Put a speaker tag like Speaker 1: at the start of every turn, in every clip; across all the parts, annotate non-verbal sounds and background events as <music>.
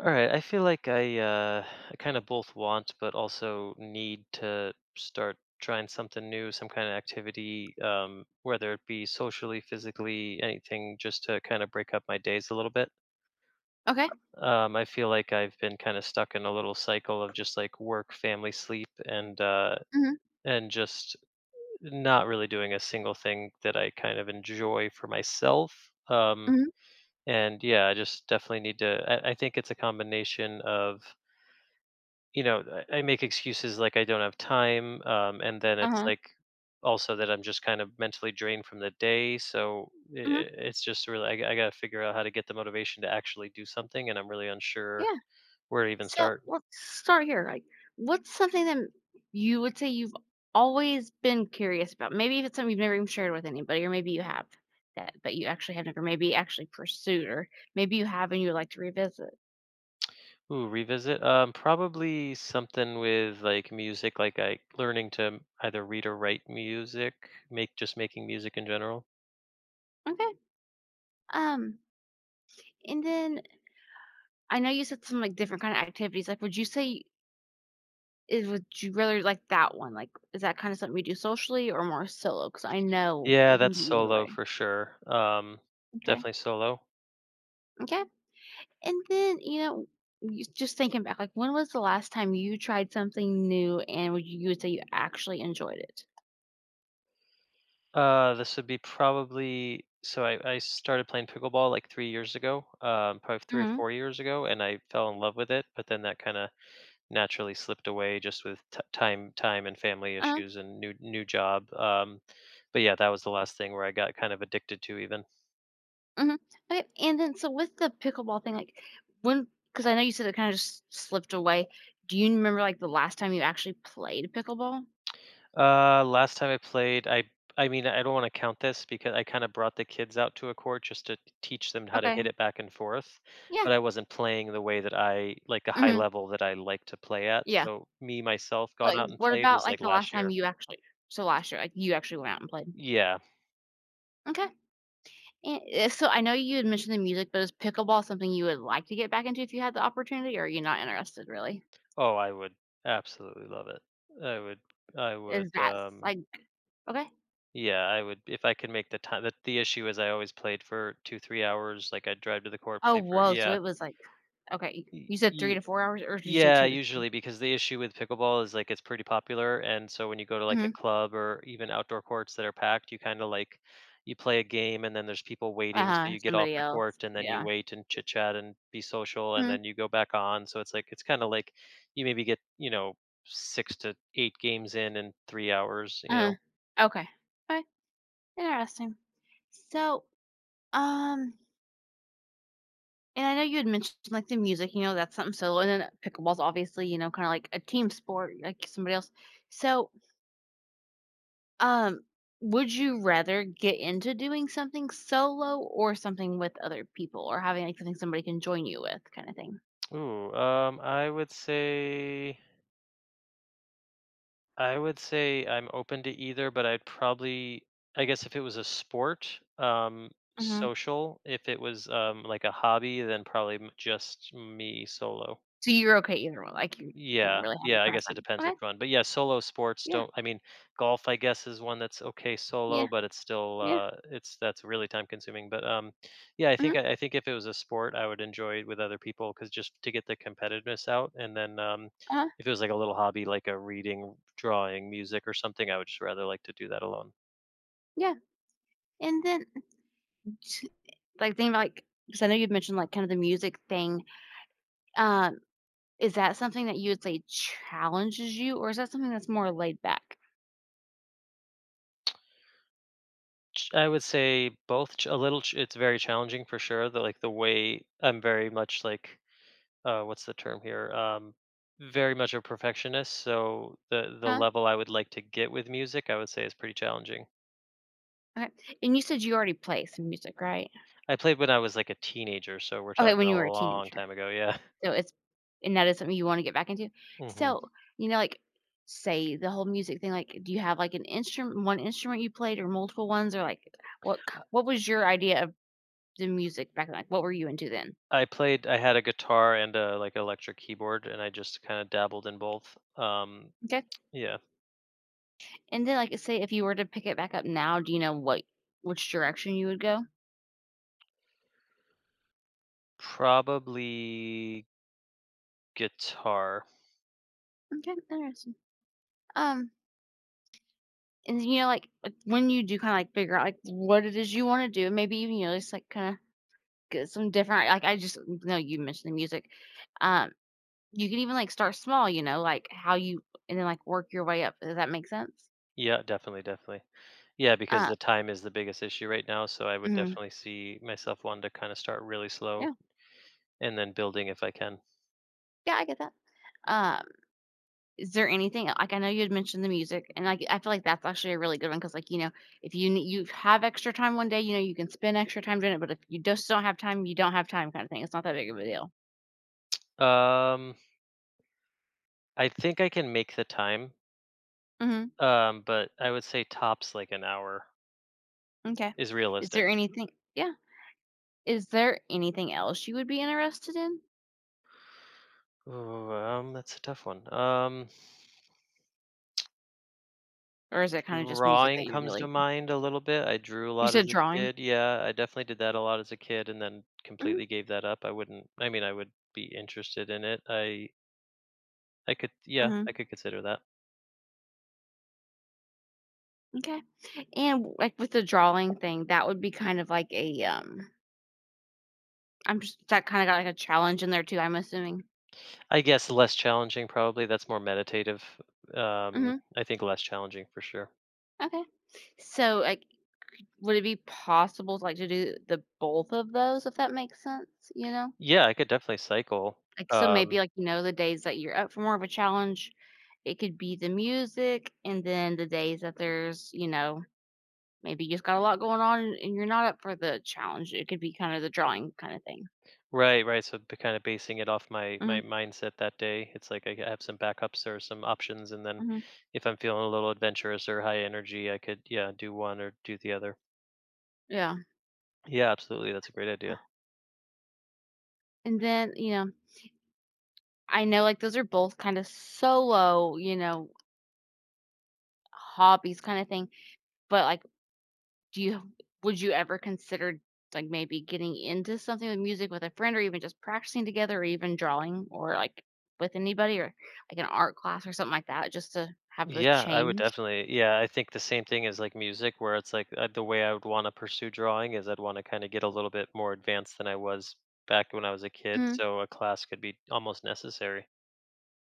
Speaker 1: All right, I feel like I kind of both want but also need to start trying something new, some kind of activity, whether it be socially, physically, anything, just to kind of break up my days a little bit.
Speaker 2: Okay.
Speaker 1: I feel like I've been kind of stuck in a little cycle of just like work, family, sleep, and uh,
Speaker 2: Mhm.
Speaker 1: and just not really doing a single thing that I kind of enjoy for myself. Um,
Speaker 2: Mhm.
Speaker 1: and yeah, I just definitely need to. I think it's a combination of you know, I make excuses like I don't have time, and then it's
Speaker 2: Uh-huh.
Speaker 1: like also that I'm just kind of mentally drained from the day. I i-
Speaker 2: Mhm.
Speaker 1: it's just really I gotta figure out how to get the motivation to actually do something, and I'm really unsure
Speaker 2: Yeah.
Speaker 1: where to even
Speaker 2: So
Speaker 1: start.
Speaker 2: let's start here. Like, what's something that you would say you've always been curious about? Maybe if it's something you've never even shared with anybody, or maybe you have that, but you actually have never maybe actually pursued, or maybe you have and you would like to revisit.
Speaker 1: Ooh, revisit. Probably something with like music, like I learning to either read or write music, make just making music in general.
Speaker 2: Okay. Um, and then I know you said some like different kind of activities. Like, would you say is would you rather like that one? Like, is that kind of something we do socially or more solo? Because I know
Speaker 1: Yeah,
Speaker 2: it can
Speaker 1: that's
Speaker 2: be either
Speaker 1: solo
Speaker 2: way.
Speaker 1: for sure.
Speaker 2: Okay.
Speaker 1: Definitely solo.
Speaker 2: Okay. And then, you know, you just thinking back, like, when was the last time you tried something new and would you would say you actually enjoyed it?
Speaker 1: This would be probably so I started playing pickleball like 3 years ago, probably three or
Speaker 2: Mhm.
Speaker 1: four years ago, and I fell in love with it. But then that kind of naturally slipped away just with time and family
Speaker 2: Uh-huh.
Speaker 1: issues and new job. But yeah, that was the last thing where I got kind of addicted to even.
Speaker 2: Mhm. Okay, and then so with the pickleball thing, like, when because I know you said it kind of just slipped away. Do you remember, like, the last time you actually played pickleball?
Speaker 1: Last time I played, I mean, I don't want to count this because I kind of brought the kids out to a court just to teach them how to hit
Speaker 2: Okay.
Speaker 1: it back and forth,
Speaker 2: Yeah.
Speaker 1: but I wasn't playing the way that I like a high
Speaker 2: Mhm.
Speaker 1: level that I like to play at.
Speaker 2: Yeah.
Speaker 1: So me myself gone
Speaker 2: But
Speaker 1: out and
Speaker 2: what
Speaker 1: played
Speaker 2: about,
Speaker 1: was
Speaker 2: like,
Speaker 1: like
Speaker 2: the last
Speaker 1: last
Speaker 2: time
Speaker 1: year.
Speaker 2: you actually so last year, like, you actually went out and played?
Speaker 1: Yeah.
Speaker 2: Okay. And, so I know you had mentioned the music, but is pickleball something you would like to get back into if you had the opportunity, or are you not interested really?
Speaker 1: Oh, I would absolutely love it. I would I
Speaker 2: Is
Speaker 1: would
Speaker 2: that s like Okay.
Speaker 1: yeah, I would if I could make the time. The issue is I always played for 2 3 hours like I'd drive to the court
Speaker 2: Oh,
Speaker 1: play for
Speaker 2: whoa, so
Speaker 1: yeah.
Speaker 2: it was like okay,
Speaker 1: y-
Speaker 2: you said 3
Speaker 1: y-
Speaker 2: to 4 hours, or did you say
Speaker 1: Yeah,
Speaker 2: 2 to 3?
Speaker 1: usually because the issue with pickleball is like it's pretty popular, and so when you go to like a
Speaker 2: Mhm.
Speaker 1: club or even outdoor courts that are packed, you kind of like you play a game and then there's people waiting, so
Speaker 2: Uh-huh,
Speaker 1: you get off
Speaker 2: somebody
Speaker 1: the
Speaker 2: else.
Speaker 1: court and then you
Speaker 2: Yeah.
Speaker 1: wait and chit chat and be social, and
Speaker 2: Mhm.
Speaker 1: then you go back on. So it's like it's kind of like you maybe get six to eight games in 3 hours.
Speaker 2: Uh-huh. Okay. Okay, interesting. So, um, and I know you had mentioned, like, the music, you know, that's something solo, and then pickleball's obviously, you know, kinda like a team sport, like somebody else. So Um, would you rather get into doing something solo or something with other people or having like something somebody can join you with kind of thing?
Speaker 1: Ooh, um, I would say I would say I'm open to either, but I'd probably, I guess, if it was a sport,
Speaker 2: Mhm.
Speaker 1: social. If it was like a hobby, then probably just me solo.
Speaker 2: So you're okay either one, like you don't
Speaker 1: Yeah,
Speaker 2: really have a
Speaker 1: yeah, I guess it
Speaker 2: preference.
Speaker 1: depends
Speaker 2: Okay.
Speaker 1: which one. But yeah, solo sports
Speaker 2: Yeah.
Speaker 1: don't, I mean, golf I guess is one that's okay solo,
Speaker 2: Yeah.
Speaker 1: but it's still
Speaker 2: Yeah.
Speaker 1: it's that's really time consuming. But yeah, I think
Speaker 2: Mhm.
Speaker 1: I, I think if it was a sport, I would enjoy it with other people cuz just to get the competitiveness out and then
Speaker 2: Uh-huh.
Speaker 1: if it was like a little hobby like a reading, drawing, music or something, I would just rather like to do that alone.
Speaker 2: Yeah. And then t- like think about, like because I know you've mentioned like kind of the music thing. Um, is that something that you would say challenges you or is that something that's more laid back?
Speaker 1: I would say both ch- a little ch- it's very challenging for sure. The way I'm very much like, what's the term here? Very much a perfectionist, so the
Speaker 2: Huh?
Speaker 1: level I would like to get with music, I would say, is pretty challenging.
Speaker 2: Okay. And you said you already play some music, right?
Speaker 1: I played when I was like a teenager, so we're
Speaker 2: Okay,
Speaker 1: talking
Speaker 2: when
Speaker 1: a
Speaker 2: you were a
Speaker 1: long
Speaker 2: teenager.
Speaker 1: time ago. Yeah.
Speaker 2: So it's and that is something you wanna get back into?
Speaker 1: <laughs> Hmm.
Speaker 2: So, you know, like, say, the whole music thing, like, do you have, like, an instrument, one instrument you played or multiple ones? Or, like, what was your idea of the music back then? Like, what were you into then?
Speaker 1: I played. I had a guitar and a like electric keyboard, and I just kind of dabbled in both.
Speaker 2: Okay.
Speaker 1: Yeah,
Speaker 2: And then, like, say if you were to pick it back up now, do you know what which direction you would go?
Speaker 1: probably guitar.
Speaker 2: Okay, interesting. Um, and, you know, like, when you do kinda, like, figure out, like, what it is you wanna do, maybe even, you know, just, like, kinda get some different like, I just know you mentioned the music. Um You could even, like, start small, you know, like, how you and then, like, work your way up. Does that make sense?
Speaker 1: Yeah, definitely, definitely. Yeah, because
Speaker 2: Uh,
Speaker 1: the time is the biggest issue right now. So I would
Speaker 2: mhm,
Speaker 1: definitely see myself wanting to kind of start really slow
Speaker 2: yeah,
Speaker 1: and then building if I can.
Speaker 2: yeah, I get that. Um, is there anything like, I know you had mentioned the music, and, like, I feel like that's actually a really good one because like, you know, if you have extra time one day, you know, you can spend extra time doing it, but if you just don't have time, you don't have time kinda thing. It's not that big of a deal.
Speaker 1: Um, I think I can make the time,
Speaker 2: Mhm,
Speaker 1: but I would say tops like an hour
Speaker 2: Okay.
Speaker 1: is
Speaker 2: Is
Speaker 1: realistic.
Speaker 2: there anything yeah. Is there anything else you would be interested in?
Speaker 1: Ooh, that's a tough one.
Speaker 2: Or is it kinda just music
Speaker 1: Drawing
Speaker 2: that you
Speaker 1: comes to
Speaker 2: really
Speaker 1: mind a little bit. I drew a
Speaker 2: you
Speaker 1: lot
Speaker 2: said
Speaker 1: as a
Speaker 2: drawing?
Speaker 1: kid. Yeah, I definitely did that a lot as a kid, and then
Speaker 2: Mhm,
Speaker 1: completely gave that up. I wouldn't. I mean, I would be interested in it. I. I could, yeah, I
Speaker 2: mhm.
Speaker 1: could consider that.
Speaker 2: Okay. And, like, with the drawing thing, that would be kind of like I'm just that kinda got, like, a challenge in there too, I'm assuming.
Speaker 1: I guess less challenging, probably. That's more meditative.
Speaker 2: Mhm.
Speaker 1: I think less challenging for sure.
Speaker 2: Okay. So, like, would it be possible to, like, to do the both of those, if that makes sense, you know?
Speaker 1: Yeah, I could definitely cycle.
Speaker 2: Like, so
Speaker 1: Um,
Speaker 2: maybe, like, you know, the days that you're up for more of a challenge, it could be the music, and then the days that there's, you know, maybe you just got a lot going on and you're not up for the challenge, it could be kinda the drawing kinda thing.
Speaker 1: right, right. So be kind of basing it off my
Speaker 2: Mhm,
Speaker 1: mindset that day. It's like I have some backups or some options, and then
Speaker 2: mhm,
Speaker 1: if I'm feeling a little adventurous or high energy, I could, yeah, do one or do the other.
Speaker 2: yeah.
Speaker 1: Yeah, absolutely. That's a great idea.
Speaker 2: And then, you know, I know, like, those are both kinda solo, you know, hobbies kinda thing, but, like, do you would you ever consider, like, maybe getting into something with music with a friend or even just practicing together or even drawing or, like, with anybody or, like, an art class or something like that just to have the
Speaker 1: Yeah, I would
Speaker 2: change?
Speaker 1: definitely. Yeah, I think the same thing is like music, where it's like the way I would want to pursue drawing is I'd want to kind of get a little bit more advanced than I was back when I was a kid.
Speaker 2: Mhm,
Speaker 1: So a class could be almost necessary.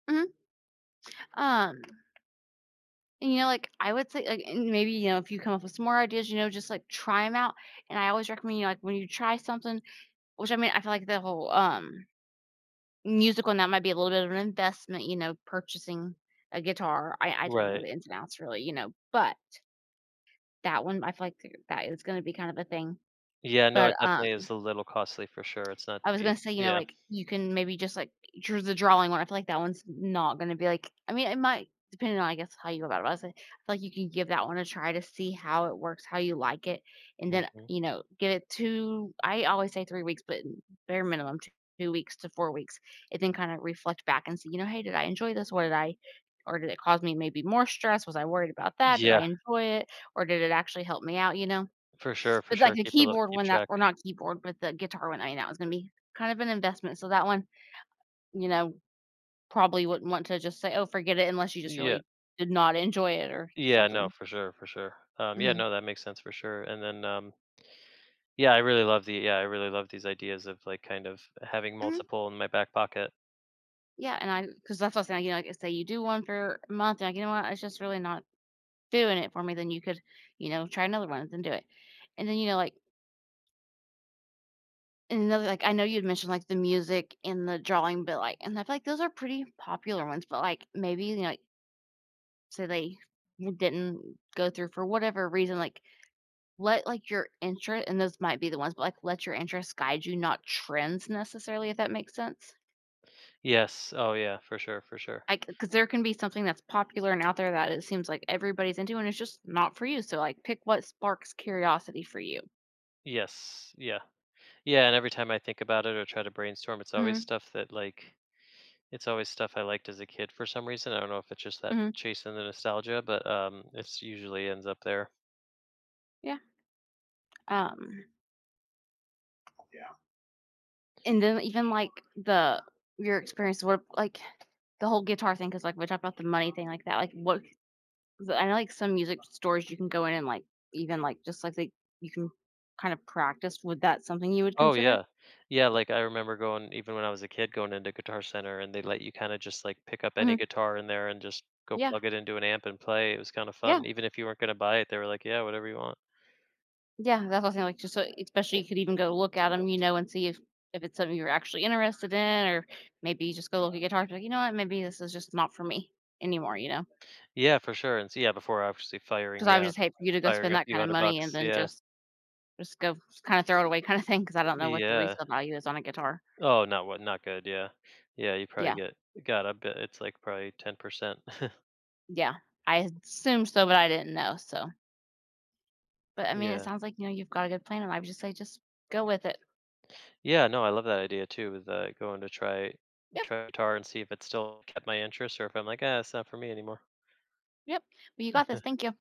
Speaker 2: mhm. Um, and, you know, like, I would say, like and maybe, you know, if you come up with some more ideas, you know, just, like, try them out, and I always recommend, you know, like, when you try something which, I mean, I feel like the whole, musical, and that might be a little bit of an investment, you know, purchasing a guitar. I don't know
Speaker 1: Right.
Speaker 2: the ins and outs really, you know, but that one, I feel like that is gonna be kind of a thing,
Speaker 1: Yeah, no,
Speaker 2: but,
Speaker 1: it definitely is a little costly for sure. It's not
Speaker 2: I was
Speaker 1: cheap.
Speaker 2: gonna say, you know,
Speaker 1: Yeah.
Speaker 2: like, you can maybe just, like, drew the drawing one. I feel like that one's not gonna be like I mean, it might depending on, I guess, how you go about it, but I say I feel like you can give that one a try to see how it works, how you like it, and then,
Speaker 1: Mhm.
Speaker 2: you know, give it 2 I always say 3 weeks, but bare minimum 2 two weeks to 4 weeks, and then kinda reflect back and see, you know, "Hey, did I enjoy this? What did I or did it cause me maybe more stress? Was I worried about that? Did I
Speaker 1: Yeah,
Speaker 2: enjoy it? Or did it actually help me out?" You know?
Speaker 1: for sure, for
Speaker 2: But, like,
Speaker 1: sure.
Speaker 2: the
Speaker 1: Keep a look,
Speaker 2: keyboard
Speaker 1: keep
Speaker 2: one that
Speaker 1: track.
Speaker 2: or not keyboard, but the guitar one, I mean, that was gonna be kind of an investment, so that one, you know, probably wouldn't want to just say, "Oh, forget it," unless you just
Speaker 1: Yeah.
Speaker 2: really did not enjoy it or
Speaker 1: Yeah, no,
Speaker 2: something.
Speaker 1: for sure, for sure. Yeah,
Speaker 2: Mhm.
Speaker 1: no, that makes sense for sure. And then, yeah, I really love these ideas of like kind of having
Speaker 2: Mhm.
Speaker 1: multiple in my back pocket.
Speaker 2: Yeah, and I, because that's what I was saying, you know, like, say you do one for a month, and like, "You know what? It's just really not doing it for me," then you could, you know, try another one, and then do it. And then, you know, like and another like, I know you'd mentioned, like, the music and the drawing, but, like and I feel like those are pretty popular ones, but, like, maybe, you know, like, so they didn't go through for whatever reason, like, let, like, your interest and those might be the ones, but, like, let your interests guide you, not trends necessarily, if that makes sense.
Speaker 1: Yes. Oh, yeah, for sure, for sure.
Speaker 2: Like, because there can be something that's popular and out there that it seems like everybody's into, and it's just not for you. So, like, pick what sparks curiosity for you.
Speaker 1: Yes. Yeah. Yeah. And every time I think about it or try to brainstorm, it's always
Speaker 2: Mhm,
Speaker 1: stuff that like It's always stuff I liked as a kid for some reason. I don't know if it's just that
Speaker 2: mhm,
Speaker 1: chasing the nostalgia, but it's usually ends up there.
Speaker 2: yeah. Um, Yeah. And then even, like, the your experience, what, like, the whole guitar thing, because like, we talked about the money thing like that, like, what 'cause I know, like, some music stores you can go in and, like, even, like, just, like, they you can kind of practice. Would that something you would
Speaker 1: Oh
Speaker 2: consider?
Speaker 1: yeah, yeah. Like I remember going even when I was a kid, going into Guitar Center, and they let you kind of just like pick up any
Speaker 2: Mhm.
Speaker 1: guitar in there and just go
Speaker 2: Yeah.
Speaker 1: plug it into an amp and play. It was kind of fun,
Speaker 2: Yeah.
Speaker 1: even if you weren't going to buy it. They were like, "Yeah, whatever you want."
Speaker 2: Yeah, that's what I'm saying, like, just so especially you could even go look at them, you know, and see if it's something you're actually interested in or maybe you just go look at guitars, like, "You know what? Maybe this is just not for me anymore," you know, because
Speaker 1: Yeah, for sure. And so, yeah, before obviously firing,
Speaker 2: I would
Speaker 1: yeah,
Speaker 2: just hate for you to go
Speaker 1: firing
Speaker 2: spend
Speaker 1: a
Speaker 2: that
Speaker 1: few
Speaker 2: kind of
Speaker 1: hundred
Speaker 2: money and
Speaker 1: bucks.
Speaker 2: then
Speaker 1: Yeah,
Speaker 2: just go kinda throw it away kinda thing. Because I don't know what the
Speaker 1: yeah.
Speaker 2: resale value is on a guitar.
Speaker 1: Oh, not good. Yeah, yeah. You probably
Speaker 2: Yeah.
Speaker 1: get got a bit. It's like probably 10%.
Speaker 2: Yeah. I assumed so, but I didn't know, so but, I mean, it
Speaker 1: <laughs> Yeah.
Speaker 2: sounds like, you know, you've got a good plan, and I would just say just go with it.
Speaker 1: Yeah, no, I love that idea too with going to try
Speaker 2: "Yep,
Speaker 1: try guitar and see if it still kept my interest or if I'm like, ah, it's not for me anymore.
Speaker 2: yep, well, you got this, thank you."